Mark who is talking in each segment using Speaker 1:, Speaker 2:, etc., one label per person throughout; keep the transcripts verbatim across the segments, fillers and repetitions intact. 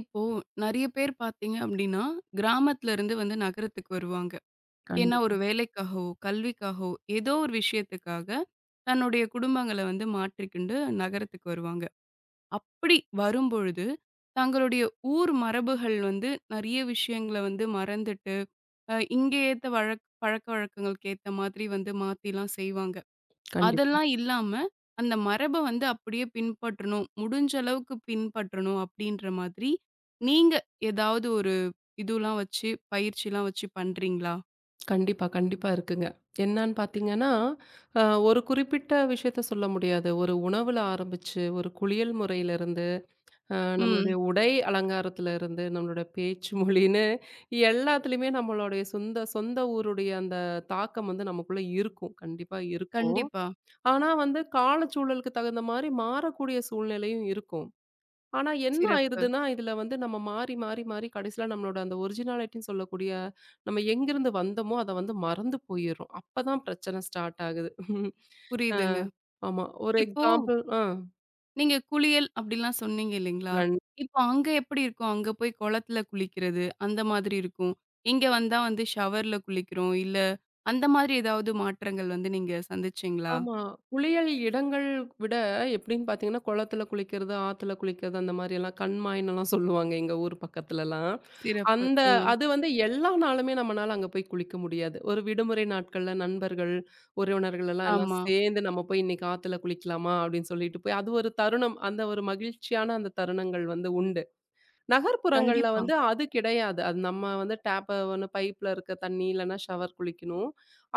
Speaker 1: இப்போ நெறைய பேர் பார்த்தீங்க அப்டின்னா, கிராமத்துல இருந்து வந்து நகரத்துக்கு வருவாங்க. ஏன்னா
Speaker 2: கண்டிப்பா,
Speaker 1: ஒரு வேலைக்காகவோ, கல்விக்காகவோ ஏதோ ஒரு விஷயத்துக்காக தன்னுடைய குடும்பங்கள வந்து மாற்றிக்கொண்டு நகரத்துக்கு வருவாங்க. அப்படி வரும்பொழுது, தங்களுடைய ஊர் மரபுகள் வந்து நெறைய விஷயங்கள வந்து மறந்துட்டு, அ இங்க ஏத்த வழக் பழக்கவழக்கங்களுக்கு ஏத்த மாதிரி வந்து மாத்திலாம் செய்வாங்க.
Speaker 2: கண்டிப்பா.
Speaker 1: அதெல்லாம் இல்லாம, அந்த மரப வந்து அப்படியே பின்பற்றணும். முடிஞ்ச அளவுக்கு பின்பற்றணும் அப்படின்ற மாதிரி, நீங்க ஏதாவது ஒரு இதுலாம் வச்சு, பயிற்சிலாம் வச்சு பண்றீங்களா?
Speaker 2: கண்டிப்பா, கண்டிப்பா இருக்குங்க. என்னான்னு பார்த்தீங்கன்னா, அ ஒரு குறிப்பிட்ட விஷயத்த சொல்ல முடியாது. ஒரு உணவுல ஆரம்பிச்சு, ஒரு குளியல் முறையிலிருந்து, அ
Speaker 1: ம்.
Speaker 2: நம்மளுடைய உடை அலங்காரத்துல இருந்து, நம்மளுடைய பேச்சு மொழின்னு எல்லாத்துலயுமே நம்மளுடைய சொந்த சொந்த ஊருடைய அந்த தாக்கம் வந்து நமக்குள்ள இருக்கும். கண்டிப்பா இருக்கும்.
Speaker 1: கண்டிப்பா.
Speaker 2: ஆனா வந்து காலச்சூழலுக்கு தகுந்த மாரி மாறக்கூடிய சூழ்நிலையும் இருக்கும். ஆனா என்ன
Speaker 1: சிறப்பு.
Speaker 2: ஆயிருதுன்னா, இதுல வந்து நம்ம மாறி, மாறி, மாறி கடைசியில நம்மளோட அந்த ஒரிஜினாலிட்டின்னு சொல்லக்கூடிய, நம்ம எங்கிருந்து வந்தோமோ அத வந்து மறந்து போயிர்றோம். அப்பதான் பிரச்சனை ஸ்டார்ட் ஆகுது. ஆ,
Speaker 1: புரியுதுங்க.
Speaker 2: ஆமா. ஒரு
Speaker 1: இப்போ
Speaker 2: எக்ஸாம்பிள் ஆ
Speaker 1: நீங்க குளியல் அப்படிலாம் சொன்னீங்க இல்லைங்களா?
Speaker 2: கண்
Speaker 1: இப்போ அங்க எப்படி இருக்கும்? அங்க போய் குளத்துல குளிக்கிறது, அந்த மாதிரி இருக்கும். இங்க வந்தா வந்து ஷவர்ல குளிக்கிறோம். இல்ல அந்த மாதிரி ஏதாவது மாற்றங்கள் வந்து நீங்க சந்திச்சீங்களா?
Speaker 2: ஆமா. குளியல் இடங்கள் விட எப்படின்னு பார்த்தீங்கன்னா, குளத்துல குளிக்கிறது, ஆத்துல குளிக்கிறது அந்த மாரியெல்லாம் கண்மாய்ன்னுலாம் சொல்லுவாங்க எங்க ஊர் பக்கத்துலலாம்.
Speaker 1: சிறப்பு.
Speaker 2: அந்த
Speaker 1: அ.
Speaker 2: அது வந்து எல்லா நாளுமே நம்மனால அங்க போய் குளிக்க முடியாது. ஒரு விடுமுறை நாட்கள்ல நண்பர்கள், உறவினர்கள் எல்லாம் எல்லாம்
Speaker 1: ஆமா.
Speaker 2: சேர்ந்து நம்ம போய் இன்னைக்கு ஆத்துல குளிக்கலாமா அப்படின்னு சொல்லிட்டு போய் அது ஒரு தருணம். அந்த ஒரு மகிழ்ச்சியான அந்த தருணங்கள் வந்து உண்டு. நகர்ப்புறங்கள்ல
Speaker 1: கண்டிப்பா.
Speaker 2: வந்து அது கிடையாது. அது நம்ம வந்து டேப்ப ஒண்ணு பைப்ல இருக்க தண்ணி இல்லன்னா ஷவர் குளிக்கணும்.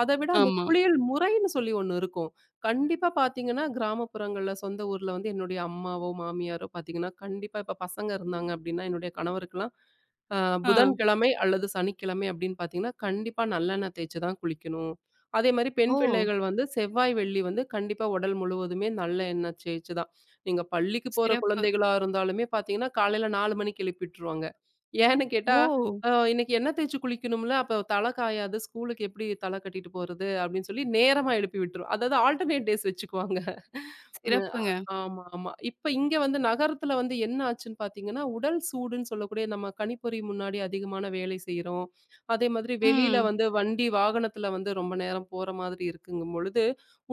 Speaker 2: அத விட அந்த
Speaker 1: ஆமா.
Speaker 2: குளியல் முறைன்னு சொல்லி ஒண்ணு இருக்கும். கண்டிப்பா பார்த்தீங்கன்னா, கிராமப்புறங்கள்ல சொந்த ஊர்ல வந்து என்னுடைய அம்மாவோ, மாமியாரோ பார்த்தீங்கன்னா, கண்டிப்பா இப்ப பசங்க இருந்தாங்க அப்டின்னா, என்னுடைய கணவருக்குலாம் அ
Speaker 1: ஆ.
Speaker 2: புதன்கிழமை அல்லது சனிக்கிழமை அப்டின்னு பார்த்தீங்கன்னா, கண்டிப்பா நல்லெண்ணெய் தேய்ச்சு தான் குளிக்கணும். அதே மாரி பெண்
Speaker 1: ஓ!
Speaker 2: பிள்ளைகள் வந்து செவ்வாய், வெள்ளி வந்து கண்டிப்பா உடல் முழுவதுமே நல்ல எண்ணெய் தேய்ச்சு தான் நீங்க பள்ளிக்கு போற
Speaker 1: சிறப்பு.
Speaker 2: குழந்தைகளா இருந்தாலுமே பார்த்தீங்கன்னா, காலையில நாலு மணிக்கு எழுப்பிட்டுருவாங்க. ஏன்னு கேட்டா,
Speaker 1: ஓ!
Speaker 2: "அ இன்னைக்கு எண்ணெய் தேய்ச்சு குளிக்கணும்ல, அப்ப தலை காயாது. ஸ்கூலுக்கு எப்படி தலை கட்டிட்டு போறது?" அப்படின்னு சொல்லி நேரமா எழுப்பி விட்டுரும். அதாவது ஆல்டர்னேட் டேஸ் வச்சுக்குவாங்க. ம். அ
Speaker 1: சிறப்புங்க.
Speaker 2: ஆமா, ஆமா. இப்ப இங்க வந்து நகரத்துல வந்து என்ன ஆச்சுன்னு பார்த்தீங்கன்னா, உடல் சூடுன்னு சொல்லக்கூடிய நம்ம கணிப்பொறி முன்னாடி அதிகமான வேலை செய்றோம். அதே மாதிரி வெளியில
Speaker 1: ம்.
Speaker 2: வந்து வண்டி வாகனத்துல வந்து ரொம்ப நேரம் போற மாதிரி இருக்குங்கும் பொழுது,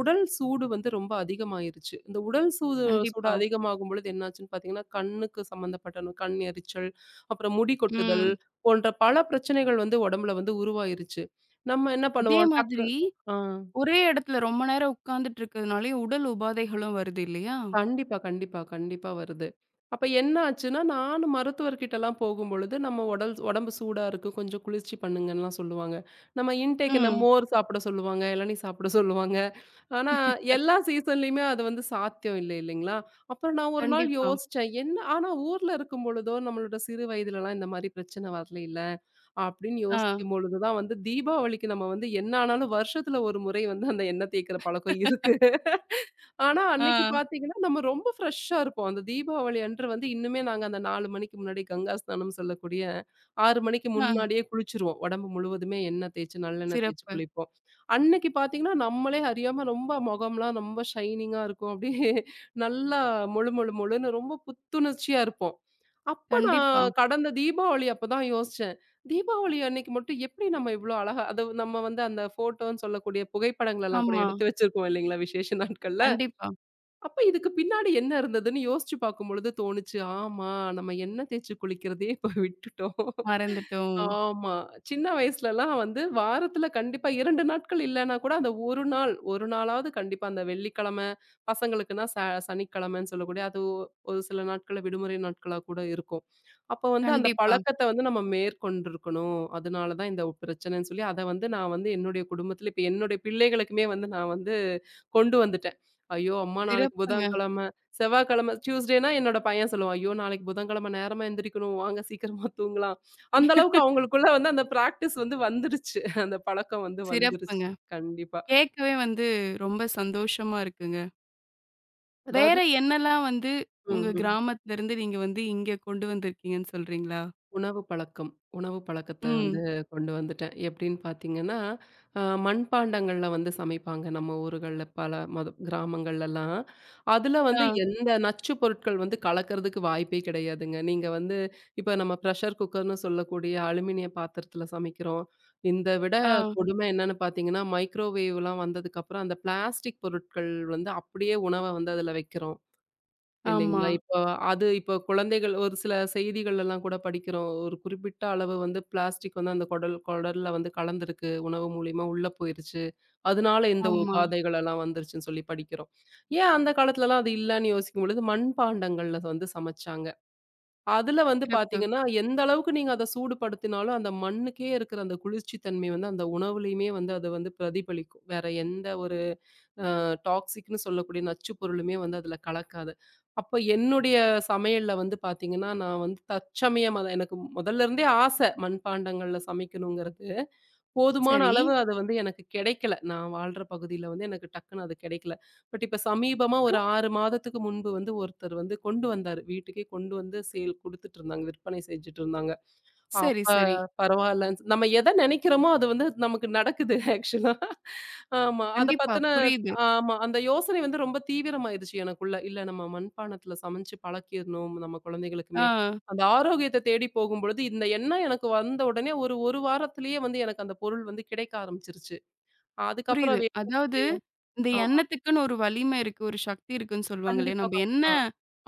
Speaker 2: உடல் சூடு வந்து ரொம்ப அதிகமாயிருச்சு. இந்த உடல் சூது சூடு
Speaker 1: கண்டிப்பா.
Speaker 2: அதிகமாகும் பொழுது என்னாச்சுன்னு பார்த்தீங்கன்னா, கண்ணுக்கு சம்மந்தப்பட்ட நோ கண் எரிச்சல், அப்புறம் முடி கொட்டுதல்
Speaker 1: ம்.
Speaker 2: போன்ற பல பிரச்சனைகள் வந்து உடம்புல வந்து உருவாயிருச்சு. நம்ம என்ன
Speaker 1: அதே
Speaker 2: பண்ணுவோம், டக்கு
Speaker 1: மாதிரி
Speaker 2: ஆ
Speaker 1: ஒரே இடத்துல ரொம்ப நேரம் உட்கார்ந்துட்டு இருக்கிறதுனாலயும் உடல் உபாதைகளும் வருது இல்லையா?
Speaker 2: கண்டிப்பா, கண்டிப்பா, கண்டிப்பா வருது. அப்ப என்ன ஆச்சுன்னா, நான் மருத்துவர்கிட்டலாம் போகும்பொழுது, நம்ம உடல் உடம்பு சூடா இருக்கு, கொஞ்சம் குளிர்ச்சி பண்ணுங்கன்லாம் சொல்லுவாங்க. நம்ம இன்டேக் இந்த
Speaker 1: ம்.
Speaker 2: மோர் சாப்பிட சொல்லுவாங்க, இளநீ சாப்பிட சொல்லுவாங்க. ஆனா, எல்லா சீசன்லயுமே அது வந்து சாத்தியம் இல்லை இல்லைங்களா? அப்புறம் நான் ஒரு நாள்
Speaker 1: கண்டிப்பா.
Speaker 2: யோசிச்சேன். என்ன ஆனா ஊர்ல இருக்கும்பொழுதோ, நம்மளோட சிறு வயதிலலாம் இந்த மாரி பிரச்சனை வரலைல்ல. அப்படின்னு
Speaker 1: ஆ,
Speaker 2: யோசிக்கும் பொழுது தான் வந்து தீபாவளிக்கு நம்ம வந்து என்ன ஆனாலும் வருஷத்துல ஒரு முறை வந்து அந்த எண்ணெய் தேய்க்கிற பழக்கம் இருக்கு. ஆனா
Speaker 1: ஆ,
Speaker 2: அன்னைக்கு பார்த்தீங்கன்னா, நம்ம ரொம்ப ஃப்ரெஷ்ஷா இருப்போம். அந்த தீபாவளி அன்று வந்து இன்னுமே நாங்க அந்த நாலு மணிக்கு முன்னாடி கங்கா ஸ்நானம் சொல்லக்கூடிய ஆறு மணிக்கு
Speaker 1: ஆ.
Speaker 2: முன்னாடியே குளிச்சுருவோம். உடம்பு முழுவதுமே எண்ணெய் தேய்ச்சு நல்லெண்ணெய் தேய்ச்சு
Speaker 1: சிறப்பு.
Speaker 2: குளிப்போம். அன்னைக்கு பார்த்தீங்கன்னா, நம்மளே அறியாம ரொம்ப முகம்லாம் ரொம்ப ஷைனிங்கா இருக்கும். அப்படியே நல்லா மொழு மொழு மொழுன்னு ரொம்ப புத்துணர்ச்சியா இருப்போம். அப்ப
Speaker 1: கண்டிப்பா.
Speaker 2: நான் கடந்த தீபாவளி அப்பதான் யோசிச்சேன். தீபாவளி அன்னைக்கு மட்டும் எப்படி நம்ம இவ்ளோ அழகா அது நம்ம வந்து அந்த ஃபோட்டோன்னு சொல்லக்கூடிய புகைப்படங்களெல்லாம் கூட
Speaker 1: ஆமா.
Speaker 2: எடுத்து வச்சிருக்கோம் இல்லைங்களா? விசேஷ நாட்கள்ல.
Speaker 1: கண்டிப்பா.
Speaker 2: அப்ப இதுக்கு பின்னாடி என்ன இருந்ததுன்னு யோசிச்சு பார்க்கும்பொழுது தோணுச்சு, ஆமா நம்ம எண்ணெய் தேய்ச்சு குளிக்கிறதையே இப்ப விட்டுட்டோம்.
Speaker 1: மறந்துட்டோம்.
Speaker 2: ஆமா. சின்ன வயசுலலாம் வந்து வாரத்துல கண்டிப்பா இரண்டு நாட்கள் இல்லன்னா கூட அந்த ஒரு நாள், ஒரு நாளாவது கண்டிப்பா அந்த வெள்ளிக்கிழமை, பசங்களுக்குன்னா ச சனிக்கிழமைன்னு சொல்லக்கூடிய அது ஒ- ஒரு சில நாட்கள்ல விடுமுறை நாட்களா கூட இருக்கும். அப்ப வந்து அந்த
Speaker 1: கண்டிப்பா.
Speaker 2: பழக்கத்த வந்து நம்ம மேற்கொண்டிருக்கணும். அதனால தான் இந்த பிரச்சனைன்னு சொல்லி அத வந்து நான் வந்து என்னுடைய குடும்பத்தில இப்ப என்னுடைய பிள்ளைகளுக்குமே வந்து நான் வந்து கொண்டு வந்துட்டேன். ஐயோ! அம்மா நாளைக்கு
Speaker 1: சிறப்புங்க,
Speaker 2: புதன்கிழமை, செவ்வாய்க்கிழமை டியூஸ்டேனா என்னோட பையன் சொல்லுவான். ஐயோ! நாளைக்கு புதன்கிழமை நேரமா எந்திரிக்கணும். வாங்க சீக்கிரமா தூங்கலாம். அந்த அளவுக்கு அவங்களுக்குள்ள வந்து அந்த பிராக்டிஸ் வந்து வந்துருச்சு. அந்த பழக்கம் வந்து வந்துருச்சு.
Speaker 1: சிறப்புங்க.
Speaker 2: கண்டிப்பா.
Speaker 1: கேட்கவே வந்து ரொம்ப சந்தோஷமா இருக்குங்க.
Speaker 2: அதாவது
Speaker 1: வேற என்னலாம் வந்து
Speaker 2: ம்.
Speaker 1: உங்க
Speaker 2: ம்.
Speaker 1: கிராமத்திலருந்து நீங்க வந்து இங்க கொண்டு வந்திருக்கீங்கன்னு சொல்றீங்களா?
Speaker 2: உணவு பழக்கம். உணவு பழக்கத்த வந்து
Speaker 1: ம்.
Speaker 2: கொண்டு வந்துட்டேன். எப்படின்னு பார்த்தீங்கன்னா, அ மண்பாண்டங்கள்ல வந்து சமைப்பாங்க நம்ம ஊர்கள்ல பல மது கிராமங்கள்லலாம். அதுல வந்து
Speaker 1: ஆ,
Speaker 2: எந்த நச்சு பொருட்கள் வந்து கலக்கறதுக்கு வாய்ப்பே கிடையாதுங்க. நீங்க வந்து இப்ப நம்ம பிரஷர் குக்கர்ன்னு சொல்லக்கூடிய அலுமினிய பாத்திரத்துல சமைக்கிறோம். இந்த விட
Speaker 1: ஆ.
Speaker 2: கொடுமை என்னன்னு பார்த்தீங்கன்னா, மைக்ரோவேவ்லாம் வந்ததுக்கப்புறம் அந்த பிளாஸ்டிக் பொருட்கள் வந்து அப்படியே உணவ வந்து அதுல வைக்கிறோம்.
Speaker 1: ஆமா,
Speaker 2: இல்லைங்களா? இப்போ அது இப்போ குழந்தைகள் ஒரு சில செய்திகள்லாம் கூட படிக்கிறோம். ஒரு குறிப்பிட்ட அளவு வந்து பிளாஸ்டிக் வந்து அந்த குடல் குடல்ல வந்து கலந்திருக்கு. உணவு மூலியமா உள்ள போயிருச்சு. அதனால இந்த
Speaker 1: ஆமா.
Speaker 2: உபாதைகள் எல்லாம் வந்துருச்சுன்னு சொல்லி படிக்கிறோம். ஏன் அந்த காலத்துலலாம் அது இல்லன்னு யோசிக்கும் பொழுது, மண்பாண்டங்கள்ல வந்து சமைச்சாங்க. அதுல வந்து
Speaker 1: சிறப்பு.
Speaker 2: பார்த்தீங்கன்னா, எந்த அளவுக்கு நீங்க அத சூடுபடுத்தினாலும் அந்த மண்ணுக்கே இருக்கிற அந்த குளிர்ச்சி தன்மை வந்து அந்த உணவுலயுமே வந்து அது வந்து பிரதிபலிக்கும். வேற எந்த ஒரு டாக்ஸிக்ன்னு சொல்லக்கூடிய நச்சு பொருளுமே வந்து அதில கலக்காது. அப்ப என்னுடைய சமையல்ல வந்து பார்த்தீங்கன்னா, நான் வந்து தற்சமயம் அத எனக்கு முதல்ல இருந்தே ஆசை மண்பாண்டங்கள்ல சமைக்கணுங்கிறது. போதுமான
Speaker 1: சரி.
Speaker 2: அளவு அது வந்து எனக்கு கிடைக்கல. நான் வாழ்ற பகுதியில வந்து எனக்கு டக்குன்னு அது கிடைக்கல. பட் இப்ப சமீபமா ஒரு
Speaker 1: அப்புறம்?
Speaker 2: ஆறு மாதத்துக்கு முன்பு வந்து ஒருத்தர் வந்து கொண்டு வந்தாரு. வீட்டுக்கே கொண்டு வந்து சேல் குடுத்துட்டு இருந்தாங்க. விற்பனை செஞ்சுட்டு இருந்தாங்க.
Speaker 1: சரி,
Speaker 2: பாப்ப
Speaker 1: சரி.
Speaker 2: பரவால்லன்னு சொ நம்ம எத நெனைக்கிறோமோ அது வந்து நமக்கு நடக்குது ஆக்சுவலா. ஆமா. அத
Speaker 1: கண்டிப்பா.
Speaker 2: பத்தின
Speaker 1: புரியுது.
Speaker 2: ஆமா. அந்த யோசனை வந்து ரொம்ப தீவிரமாயிருச்சு எனக்குள்ள. இல்ல நம்ம மண்பானத்துல சமைச்சு பழக்கிரணும் நம்ம குழந்தைகளுக்குமே.
Speaker 1: ஆ,
Speaker 2: அந்த ஆரோக்கியத்த தேடி போகும்பொழுது, இந்த எண்ணம் எனக்கு வந்த உடனே ஒரு, 1 வாரத்திலேயே வந்து எனக்கு அந்த பொருள் வந்து கிடைக்க ஆரம்பிச்சுருச்சு. அதுக்கப்புறம்
Speaker 1: புரியுது.
Speaker 2: வே
Speaker 1: அதாவது இந்த
Speaker 2: ஆமா.
Speaker 1: எண்ணத்துக்குன்னு ஒரு வலிமை இருக்கு, ஒரு சக்தி இருக்குன்னு சொல்லுவாங்க இல்லையா?
Speaker 2: கண்டிப்பா,
Speaker 1: நம்ம என்ன
Speaker 2: கண்டிப்பா.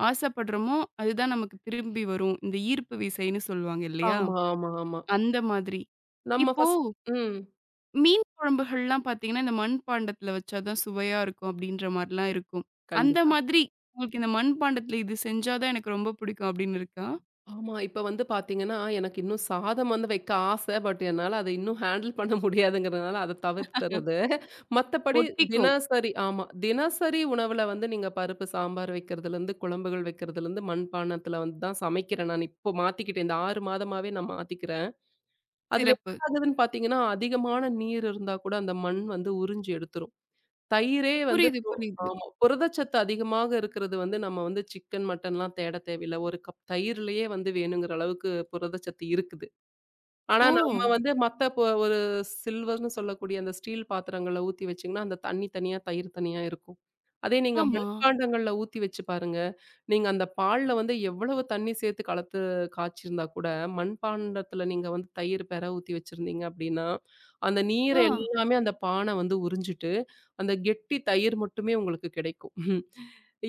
Speaker 1: ஆசைப்படுறோமோ, அதுதான் நமக்கு திரும்பி வரும். இந்த ஈர்ப்பு விசைன்னு சொல்லுவாங்க இல்லையா?
Speaker 2: ஆமா, ஆமா, ஆமா.
Speaker 1: அந்த மாதிரி.
Speaker 2: நம்ம
Speaker 1: இப்போ
Speaker 2: ஃபர்ஸ்ட் ம்.
Speaker 1: மீன் குழம்புகள்லாம் பார்த்தீங்கன்னா, இந்த மண்பாண்டத்துல வச்சா தான் சுவையா இருக்கும் அப்படின்ற மாரிலாம் இருக்கும். அந்த
Speaker 2: கண்டிப்பா.
Speaker 1: மாதிரி உங்களுக்கு இந்த மண்பாண்டத்துல இது செஞ்சா தான் எனக்கு ரொம்ப பிடிக்கும் அப்படின்னு இருக்கா?
Speaker 2: ஆமா. இப்ப வந்து பார்த்தீங்கன்னா, எனக்கு இன்னும் சாதம் வந்து வைக்க ஆசை. பட் என்னால அத இன்னும் ஹேண்டில் பண்ண முடியாதுங்கிறதுனால அத தவிர்த்துறது. மத்தபடி
Speaker 1: ஒட்டிக்கும்.
Speaker 2: தினசரி ஆமா. தினசரி உணவுல வந்து நீங்க பருப்பு சாம்பார் வைக்கிறதுலேருந்து, குழம்புகள் வைக்கிறதுலேருந்து, மண்பானத்தில வந்து தான் சமைக்கிறேன் நான். இப்போ மாத்திக்கிட்டேன். இந்த ஆறு மாதமாவே நான் மாத்திக்கிறேன். அதுல
Speaker 1: சிறப்பு.
Speaker 2: என்ன ஆகுதுன்னு பார்த்தீங்கன்னா, அதிகமான நீர் இருந்தா கூட அந்த மண் வந்து உறிஞ்சு எடுத்துரும். தயிரே வந்து
Speaker 1: புரியுது,
Speaker 2: இப்போ
Speaker 1: புரியுது.
Speaker 2: ஆமா. புரதச்சத்து அதிகமாக இருக்கிறது வந்து நம்ம வந்து சிக்கன், மட்டன்லாம் தேட தேவையில்ல. ஒரு கப் தயிர்லயே வந்து வேணுங்கிற அளவுக்கு புரதச்சத்து இருக்குது. ஆனா
Speaker 1: ஓ!
Speaker 2: நம்ம வந்து மத்த இப்போ ஒரு சில்வர்ன்னு சொல்லக்கூடிய அந்த ஸ்டீல் பாத்திரங்கள்ல ஊத்தி வச்சீங்கன்னா, அந்த தண்ணி தனியா, தயிர் தனியா இருக்கும். அதே நீங்க
Speaker 1: ஆமா.
Speaker 2: மண்பாண்டங்கள்ல ஊத்தி வச்சு பாருங்க. நீங்க அந்த பால்ல வந்து எவ்வளவு தண்ணி சேர்த்து கலத்து காய்ச்சிருந்தா கூட, மண்பாண்டத்துல நீங்க வந்து தயிர் பெர ஊத்தி வச்சிருந்தீங்க அப்படின்னா, அந்த
Speaker 1: ஆ
Speaker 2: நீர் எல்லாமே அந்த பான வந்து உறிஞ்சிட்டு அந்த கெட்டி தயிர் மட்டுமே உங்களுக்கு கிடைக்கும்.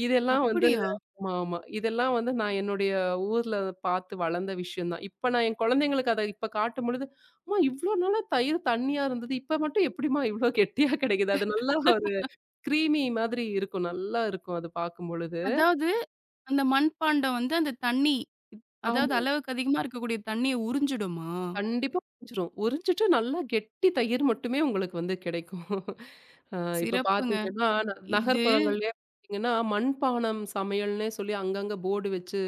Speaker 2: இதெல்லாம் வந்து
Speaker 1: அப்படியா?
Speaker 2: ஆமா, ஆமா. இதெல்லாம் வந்து நான் என்னுடைய ஊர்ல பார்த்து வளர்ந்த விஷயம் தான். இப்ப நான் என் குழந்தைங்களுக்கு அத இப்ப காட்டும்பொழுது, "அம்மா இவ்ளோ நாளா தயிர் தண்ணியா இருந்தது. இப்ப மட்டும் எப்படிம்மா இவ்ளோ கெட்டியா கிடைக்குது?" அது நல்லா ஒரு கிரீமி மாதிரி இருக்கும். நல்லா இருக்கும் அது பார்க்கும்பொழுது.
Speaker 1: அதாவது அந்த மண்பாண்டம் வந்து அந்த தண்ணி, அதாவது
Speaker 2: ஆமா.
Speaker 1: அளவுக்கு அதிகமா இருக்கக்கூடிய தண்ணீய உறிஞ்சிடுமா?
Speaker 2: கண்டிப்பா உறிஞ்சிரும். உறிஞ்சிட்டு நல்லா கெட்டி தயிர் மட்டுமே உங்களுக்கு வந்து கிடைக்கும். அ இப்ப
Speaker 1: சிறப்புங்க.
Speaker 2: பார்த்தீங்கன்னா, ந
Speaker 1: இது
Speaker 2: நகர்ப்புறங்கள்லயே பார்த்தீங்கன்னா, மண்பானம் சமையல்னே சொல்லி அங்கங்க போர்டு வச்சு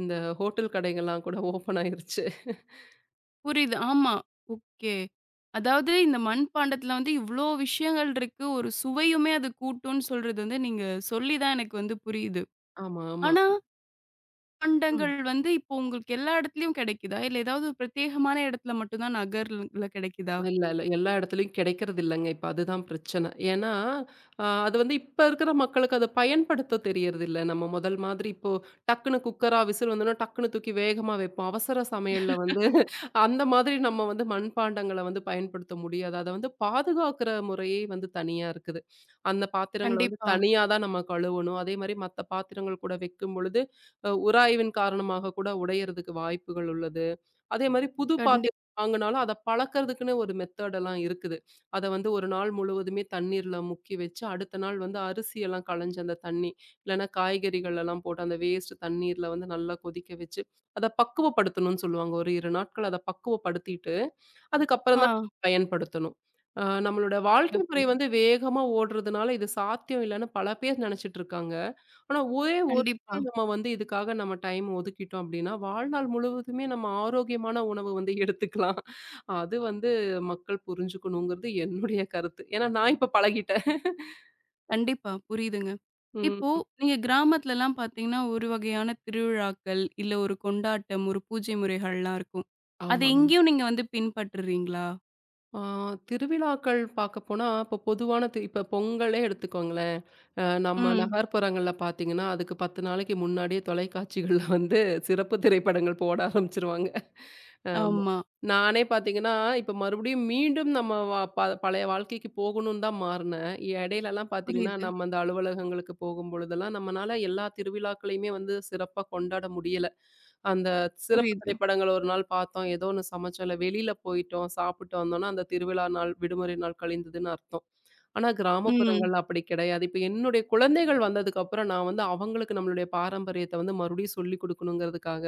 Speaker 2: இந்த ஹோட்டல் கடைங்கலாம் கூட ஓப்பன் ஆயிருச்சு.
Speaker 1: புரியுது. ஆமா. ஓகே. அதாவது இந்த மண்பாண்டத்துல வந்து இவ்ளோ விஷயங்கள் இருக்கு. ஒரு சுவையுமே அது கூட்டும்னு சொல்றது வந்து நீங்க சொல்லி தான் எனக்கு வந்து புரியுது.
Speaker 2: ஆமா, ஆமா.
Speaker 1: ஆனா
Speaker 2: ம்.
Speaker 1: பண்டங்கள் வந்து இப்போ உங்களுக்கு எல்லா இடத்துலயும் கிடைக்குதா? இல்ல ஏதாவது ஒரு பிரத்யேகமான இடத்துல மட்டும் தான் நகர்ல கிடைக்குதா?
Speaker 2: இல்ல, இல்ல. எல்லா இடத்துலயும் கிடைக்கிறது இல்லங்க. இப்ப அதுதான் பிரச்சனை. ஏன்னா, அ அது வந்து இப்ப இருக்கிற மக்களுக்கு அத பயன்படுத்த தெரியறதில்ல. நம்ம முதல் மாதிரி இப்போ டக்குனு குக்கரா விசில் வந்தோனே டக்குனு தூக்கி வேகமா வைப்போம். அவசர சமையல்ல வந்து அந்த மாதிரி நம்ம வந்து மண்பாண்டங்கள வந்து பயன்படுத்த முடியாது. அத வந்து பாதுகாக்கிற முறையே வந்து தனியா இருக்குது. அந்த பாத்திரங்கள வந்து
Speaker 1: கண்டிப்பா.
Speaker 2: தனியா தான் நம்ம கழுவணும். அதேமாரி மத்த பாத்திரங்கள் கூட வைக்கும்பொழுது, அ உராய்வின் காரணமாக கூட உடையறதுக்கு வாய்ப்புகள் உள்ளது. அதே மாரி புது
Speaker 1: கண்டிப்பா.
Speaker 2: பாத்திரம் வாங்குனாலும், அத பழக்கறதுக்குன்னு ஒரு மெத்தட் எல்லாம் இருக்குது. அத வந்து ஒரு நாள் முழுவதுமே தண்ணீர்ல முக்கி வச்சு, அடுத்த நாள் வந்து அரிசியெல்லாம் களைஞ்சு அந்த தண்ணி, இல்லன்னா காய்கறிகள் எல்லாம் போட்டு அந்த வேஸ்ட் தண்ணீர்ல வந்து நல்லா கொதிக்க வச்சு, அத பக்குவப்படுத்தணும்னு சொல்லுவாங்க. ஒரு இரண்டு நாட்கள் அத பக்குவப்படுத்திட்டு,
Speaker 1: ஆ.
Speaker 2: அதுக்கப்புறம் தான் பயன்படுத்தணும். அ நம்மளோட வாழ்க்கை
Speaker 1: சிறப்பு.
Speaker 2: முறை வந்து வேகமா ஓடுறதுனால, இது சாத்தியம் இல்லன்னு பல பேர் நெனச்சுட்டு இருக்காங்க. ஆனா ஒரே ஒரு
Speaker 1: கண்டிப்பா,
Speaker 2: நாள் நம்ம வந்து இதுக்காக நம்ம டைம் ஒதுக்கிட்டோம் அப்படின்னா, வாழ்நாள் முழுவதுமே நம்ம ஆரோக்கியமான உணவு வந்து எடுத்துக்கலாம். அது வந்து மக்கள் புரிஞ்சுக்கணுங்கிறது என்னுடைய கருத்து. ஏன்னா நான் இப்ப பழகிட்டேன்.
Speaker 1: கண்டிப்பா. புரியுதுங்க.
Speaker 2: ம்.
Speaker 1: இப்போ நீங்க கிராமத்துலலாம் பார்த்தீங்கன்னா, ஒரு வகையான திருவிழாக்கள், இல்ல ஒரு கொண்டாட்டம், ஒரு பூஜை முறைகள்லாம் இருக்கும். அது
Speaker 2: ஆமா.
Speaker 1: இங்கேயும் நீங்க வந்து பின்பற்றுறீங்களா?
Speaker 2: ஆ, திருவிழாக்கள் பார்க்க போனா, இப்போ பொதுவான தி இப்போ பொங்கலே எடுத்துக்கோங்களேன். அ நம்ம
Speaker 1: ம்.
Speaker 2: நகர்ப்புறங்கள்ல பார்த்தீங்கன்னா, அதுக்கு பத்து நாளைக்கு முன்னாடியே தொலைக்காட்சிகள்ல வந்து சிறப்பு திரைப்படங்கள் போட ஆரம்பிச்சுருவாங்க. ஆமா.
Speaker 1: ஆமா.
Speaker 2: நானே பார்த்தீங்கன்னா, இப்போ மறுபடியும் மீண்டும் நம்ம வ ப பழைய வாழ்க்கைக்கு போகணும்னு தான் மாறுனேன். இடையிலலாம் பார்த்தீங்கன்னா,
Speaker 1: புரியுது,
Speaker 2: நம்ம அந்த அலுவலகங்களுக்கு போகும்பொழுதெல்லாம், நம்மனால எல்லா திருவிழாக்களையுமே வந்து சிறப்பா கொண்டாட முடியல. அந்த சிறப்பு
Speaker 1: புரியுது.
Speaker 2: திரைப்படங்கள் ஒரு நாள் பார்த்தோம். ஏதோ ஒண்ணு சமைச்சோம். இல்ல வெளியில போயிட்டோம், சாப்பிட்டு வந்தோம்னா, அந்த திருவிழா நாள், விடுமுறை நாள் கழிந்ததுன்னு அர்த்தம். ஆனா
Speaker 1: ம்,
Speaker 2: கிராமப்புறங்கள்ல அப்படி கிடையாது. இப்ப என்னுடைய குழந்தைகள் வந்ததுக்கப்புறம் நான் வந்து அவங்களுக்கு நம்மளுடைய பாரம்பரியத்த வந்து மறுபடியும் சொல்லிக் குடுக்கணுங்கிறதுக்காக,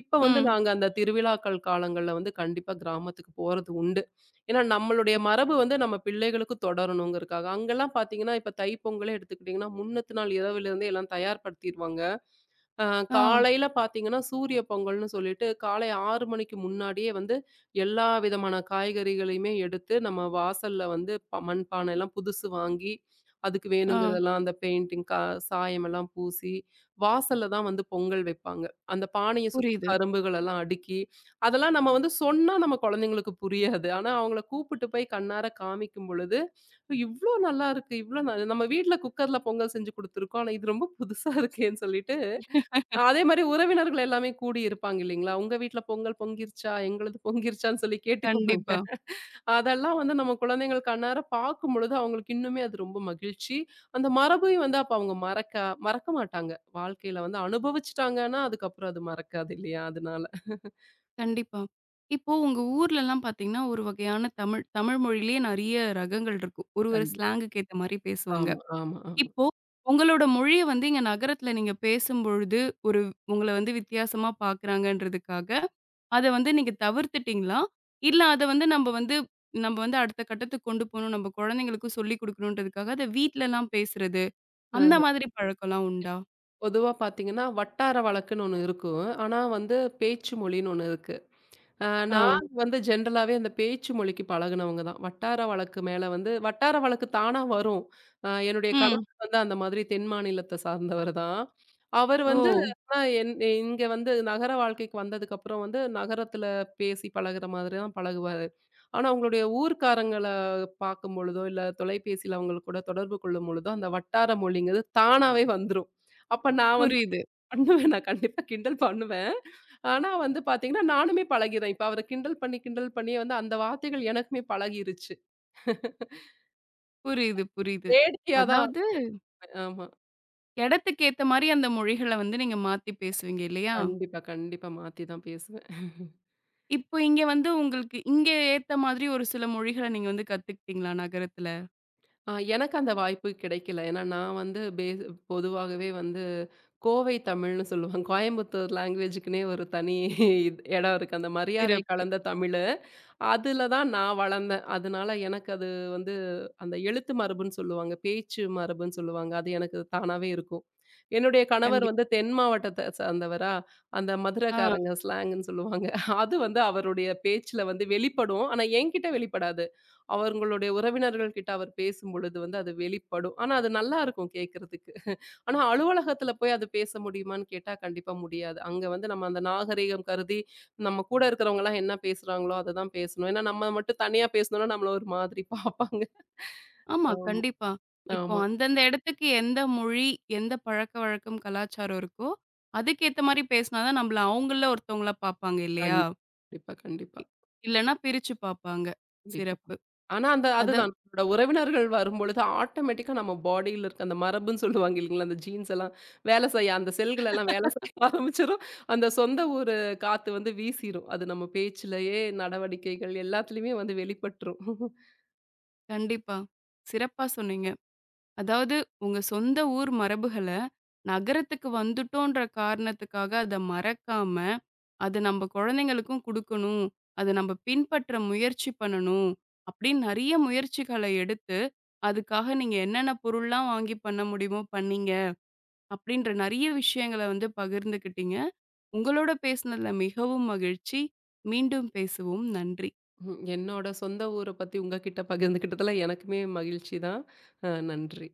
Speaker 2: இப்ப வந்து
Speaker 1: ம்.
Speaker 2: நாங்க அந்த திருவிழாக்கள் காலங்கள்ல வந்து கண்டிப்பா கிராமத்துக்கு போறது உண்டு. ஏன்னா நம்மளுடைய மரபு வந்து நம்ம பிள்ளைகளுக்கு தொடரணுங்கிறதுக்காக. அங்கலாம் பார்த்தீங்கன்னா, இப்ப தைப்பொங்கலே எடுத்துக்கிட்டீங்கன்னா, முன்னத்து நாள் இரவிலிருந்தே எல்லாம் தயார்படுத்திருவாங்க. அ
Speaker 1: ஆ,
Speaker 2: காலையில பார்த்தீங்கன்னா, சூரிய பொங்கல்னு சொல்லிட்டு காலை ஆறு மணிக்கு முன்னாடியே வந்து எல்லா விதமான காய்கறிகளையுமே எடுத்து, நம்ம வாசல்ல வந்து ப மண்பானைலாம் புதுசு வாங்கி, அதுக்கு
Speaker 1: ஆ.
Speaker 2: வேணுங்கிறதெல்லாம் அந்த பெயிண்டிங் கா சாயமெல்லாம் பூசி, வாசல்ல தான் வந்து பொங்கல் வைப்பாங்க. அந்த பானைய சுத்தி
Speaker 1: புரியுது.
Speaker 2: கரும்புகளெல்லாம் அடுக்கி, அதெல்லாம் நம்ம வந்து சொன்னா நம்ம குழந்தைங்களுக்கு புரியாது. ஆனா, அவங்கள கூப்பிட்டு போய் கண்ணார காமிக்கும் பொழுது, "இவ்ளோ நல்லாருக்கு, இவ்ளோ ந நம்ம வீட்ல குக்கர்ல பொங்கல் செஞ்சு குடுத்துருக்கோம். ஆனா, இது ரொம்ப புதுசா இருக்கேன்னு" சொல்லிட்டு அதே மாரி உறவினர்கள் எல்லாமே கூடி இருப்பாங்க இல்லைங்களா? உங்க வீட்ல பொங்கல் பொங்கிருச்சா? எங்களுது பொங்கிருச்சான்னு சொல்லி கேட்டுக்குவாங்க.
Speaker 1: கண்டிப்பா,
Speaker 2: அதெல்லாம் வந்து நம்ம குழந்தைகள் கண்ணார பார்க்கும்பொழுது, அவங்களுக்கு இன்னுமே அது ரொம்ப மகிழ்ச்சி. அந்த மரபையும் வந்து அப்ப அவங்க மறக்க மறக்க மாட்டாங்க. வாழ்க்கையில வந்து அனுபவிச்சுட்டாங்கன்னா, அதுக்கப்புறம் அது மறக்காது இல்லையா? அதனால.
Speaker 1: கண்டிப்பா. இப்போ உங்க ஊர்லலாம் பார்த்தீங்கன்னா, ஒரு வகையான தமிழ் தமிழ் மொழியிலேயே நெறைய ரகங்கள் இருக்கும். ஒரு ஒரு
Speaker 2: கண்டிப்பா.
Speaker 1: ஸ்லாங்குக்கு ஏத்த மாரி பேசுவாங்க.
Speaker 2: ஆமா, ஆமா, ஆமா.
Speaker 1: இப்போ உங்களோட மொழிய வந்து இங்க நகரத்துல நீங்க பேசும்பொழுது, ஒரு உங்கள வந்து வித்தியாசமா பார்க்குறாங்கன்றதுக்காக, அத வந்து நீங்க தவிர்த்துட்டீங்களா? இல்ல அத வந்து நம்ப வந்து நம்ப வந்து அடுத்த கட்டத்துக்கு கொண்டு போணும். நம்ப குழந்தைங்களுக்கும் சொல்லிக் குடுக்கணுன்றதுக்காக, அத வீட்லலாம் பேசுறது, அந்த
Speaker 2: அ
Speaker 1: மாதிரி பழக்கம்லாம் உண்டா?
Speaker 2: பொதுவா பார்த்தீங்கன்னா, வட்டார வழக்குன்னு ஒண்ணு இருக்கும். ஆனா வந்து பேச்சு மொழின்னு ஒண்ணு இருக்கு. அ
Speaker 1: ஆ.
Speaker 2: நாங்க வந்து ஜென்ரலாவே அந்த பேச்சு மொழிக்கு பழகுனவங்க தான். வட்டார வழக்கு மேல வந்து வட்டார வழக்கு தானா வரும். அ என்னுடைய
Speaker 1: ம்.
Speaker 2: கணவர் வந்து அந்த மாதிரி தென் மாநிலத்த சார்ந்தவர் தான். அவர் வந்து
Speaker 1: ஓ!
Speaker 2: ஆனா என் இங்க வந்து நகர வாழ்க்கைக்கு வந்ததுக்கப்புறம் வந்து நகரத்துல பேசி பழகுற மாதிரி தான் பழகுவாரு. ஆனா அவங்களுடைய ஊர்க்காரங்கள பார்க்கும் பொழுதோ, இல்ல தொலைபேசியில அவங்க கூட தொடர்பு கொள்ளும் பொழுதோ, அந்த வட்டார மொழிங்கிறது தானாவே வந்துரும். அப்ப நான் வந்து
Speaker 1: புரியுது,
Speaker 2: பண்ணுவேன். நான் கண்டிப்பா கிண்டல் பண்ணுவேன். ஆனா வந்து பார்த்தீங்கன்னா, நானுமே பழகிறேன். இப்ப அவர கிண்டல் பண்ணி, கிண்டல் பண்ணி வந்து அந்த வார்த்தைகள் எனக்குமே பழகிருச்சு.
Speaker 1: புரியுது, புரியுது.
Speaker 2: வேடிக்கையா தான்
Speaker 1: அதாவது
Speaker 2: இருப்பேன். ஆமா.
Speaker 1: இடத்துக்கு ஏத்த மாரி அந்த மொழிகள வந்து நீங்க மாத்தி பேசுவீங்க இல்லையா?
Speaker 2: கண்டிப்பா, கண்டிப்பா மாத்தி தான் பேசுவேன்.
Speaker 1: இப்போ இங்க வந்து உங்களுக்கு இங்க ஏத்த மாதிரி ஒரு சில மொழிகள நீங்க வந்து கத்துக்கிட்டீங்களா நகரத்துல?
Speaker 2: அ எனக்கு அந்த வாய்ப்பு கிடைக்கல. ஏன்னா நான் வந்து பேஸ் பொதுவாகவே வந்து கோவை தமிழ்ன்னு சொல்லுவாங்க. கோயம்புத்தூர் லாங்குவேஜ்க்குன்னே ஒரு தனி இத் இடம் இருக்கு. அந்த மரியாதை
Speaker 1: சிறப்பு.
Speaker 2: கலந்த தமிழு. அதுல தான் நான் வளர்ந்தேன். அதனால எனக்கு அது வந்து அந்த எழுத்து மரபுன்னு சொல்லுவாங்க. பேச்சு மரபுன்னு சொல்லுவாங்க. அது எனக்கு தானாவே இருக்கும். என்னுடைய கணவர்
Speaker 1: கண்டி
Speaker 2: வந்து தென் மாவட்டத்த சார்ந்தவரா, அந்த
Speaker 1: ஆ.
Speaker 2: மதுரக்காரங்க ஸ்லாங்குன்னு சொல்லுவாங்க. அது வந்து அவருடைய பேச்சுல வந்து வெளிப்படும். ஆனா என்கிட்ட வெளிப்படாது. அவங்களுடைய உறவினர்கள் கிட்ட அவர் பேசும்பொழுது வந்து அது வெளிப்படும். ஆனா அது நல்லா இருக்கும் கேட்கறதுக்கு. ஆனா அலுவலகத்துல போய் அது பேச முடியுமான்னு கேட்டா கண்டிப்பா முடியாது. அங்க வந்து நம்ம அந்த நாகரீகம் கருதி நம்ம கூட இருக்கிறவங்கலாம் என்ன பேசுறாங்களோ, அததான் பேசணும். ஏன்னா, நம்ம மட்டும் தனியா பேசுனோம்னா, நம்மள ஒரு மாதிரி பார்ப்பாங்க.
Speaker 1: ஆமா,
Speaker 2: ஆமா,
Speaker 1: கண்டிப்பா. இப்போ
Speaker 2: ஆமா.
Speaker 1: அந்தந்த இடத்துக்கு எந்த மொழி, எந்த பழக்கவழக்கம், கலாச்சாரம் இருக்கோ, அதுக்கேத்த மாரி பேசினா தான் நம்மள அவங்கள்ல ஒருத்தவங்களா பார்ப்பாங்க இல்லையா?
Speaker 2: கண்டிப்பா, கண்டிப்பா,
Speaker 1: இ இல்லன்னா பிரிச்சு பார்ப்பாங்க.
Speaker 2: கண்டிப்பா.
Speaker 1: சிறப்பு.
Speaker 2: ஆனா, அந்த
Speaker 1: அதான்
Speaker 2: அதுதான் நம்மளோட உறவினர்கள் வரும்பொழுது, ஆட்டோமேட்டிக்கா நம்ம பாடியில இருக்க அந்த மரபுன்னு சொல்லுவாங்க இல்லைங்களா? அந்த ஜீன்ஸ் எல்லாம் வேலை செய்ய அந்த செல்கள் எல்லாம் வேலை செய்ய ஆரம்பிச்சிரும். அந்த சொந்த ஊர் காத்து வந்து வீசிரும். அது நம்ம பேச்சிலேயே, நடவடிக்கைகள் எல்லாத்துலயுமே வந்து வெளிப்பட்டுரும்.
Speaker 1: கண்டிப்பா. சிறப்பா சொன்னீங்க. அதாவது உங்க சொந்த ஊர் மரபுகள நகரத்துக்கு வந்துட்டோன்ற காரணத்துக்காக அத மறக்காம, "அது நம்ப குழந்தைங்களுக்கும் குடுக்கணும். அத நம்ப பின்பற்ற முயற்சி பண்ணணும்." அப்படின்னு நெறைய முயற்சிகள எடுத்து, அதுக்காக நீங்க என்னென்ன பொருள்லாம் வாங்கி பண்ண முடியுமோ பண்ணீங்க. அப்படின்ற நெறைய விஷயங்கள வந்து பகிர்ந்துக்கிட்டீங்க. உங்களோட பேசினதுல மிகவும் மகிழ்ச்சி. மீண்டும் பேசுவோம். நன்றி.
Speaker 2: ம். என்னோட சொந்த ஊர பத்தி உங்ககிட்ட பகிர்ந்துக்கிட்டதுல எனக்குமே மகிழ்ச்சி தான். அ நன்றி.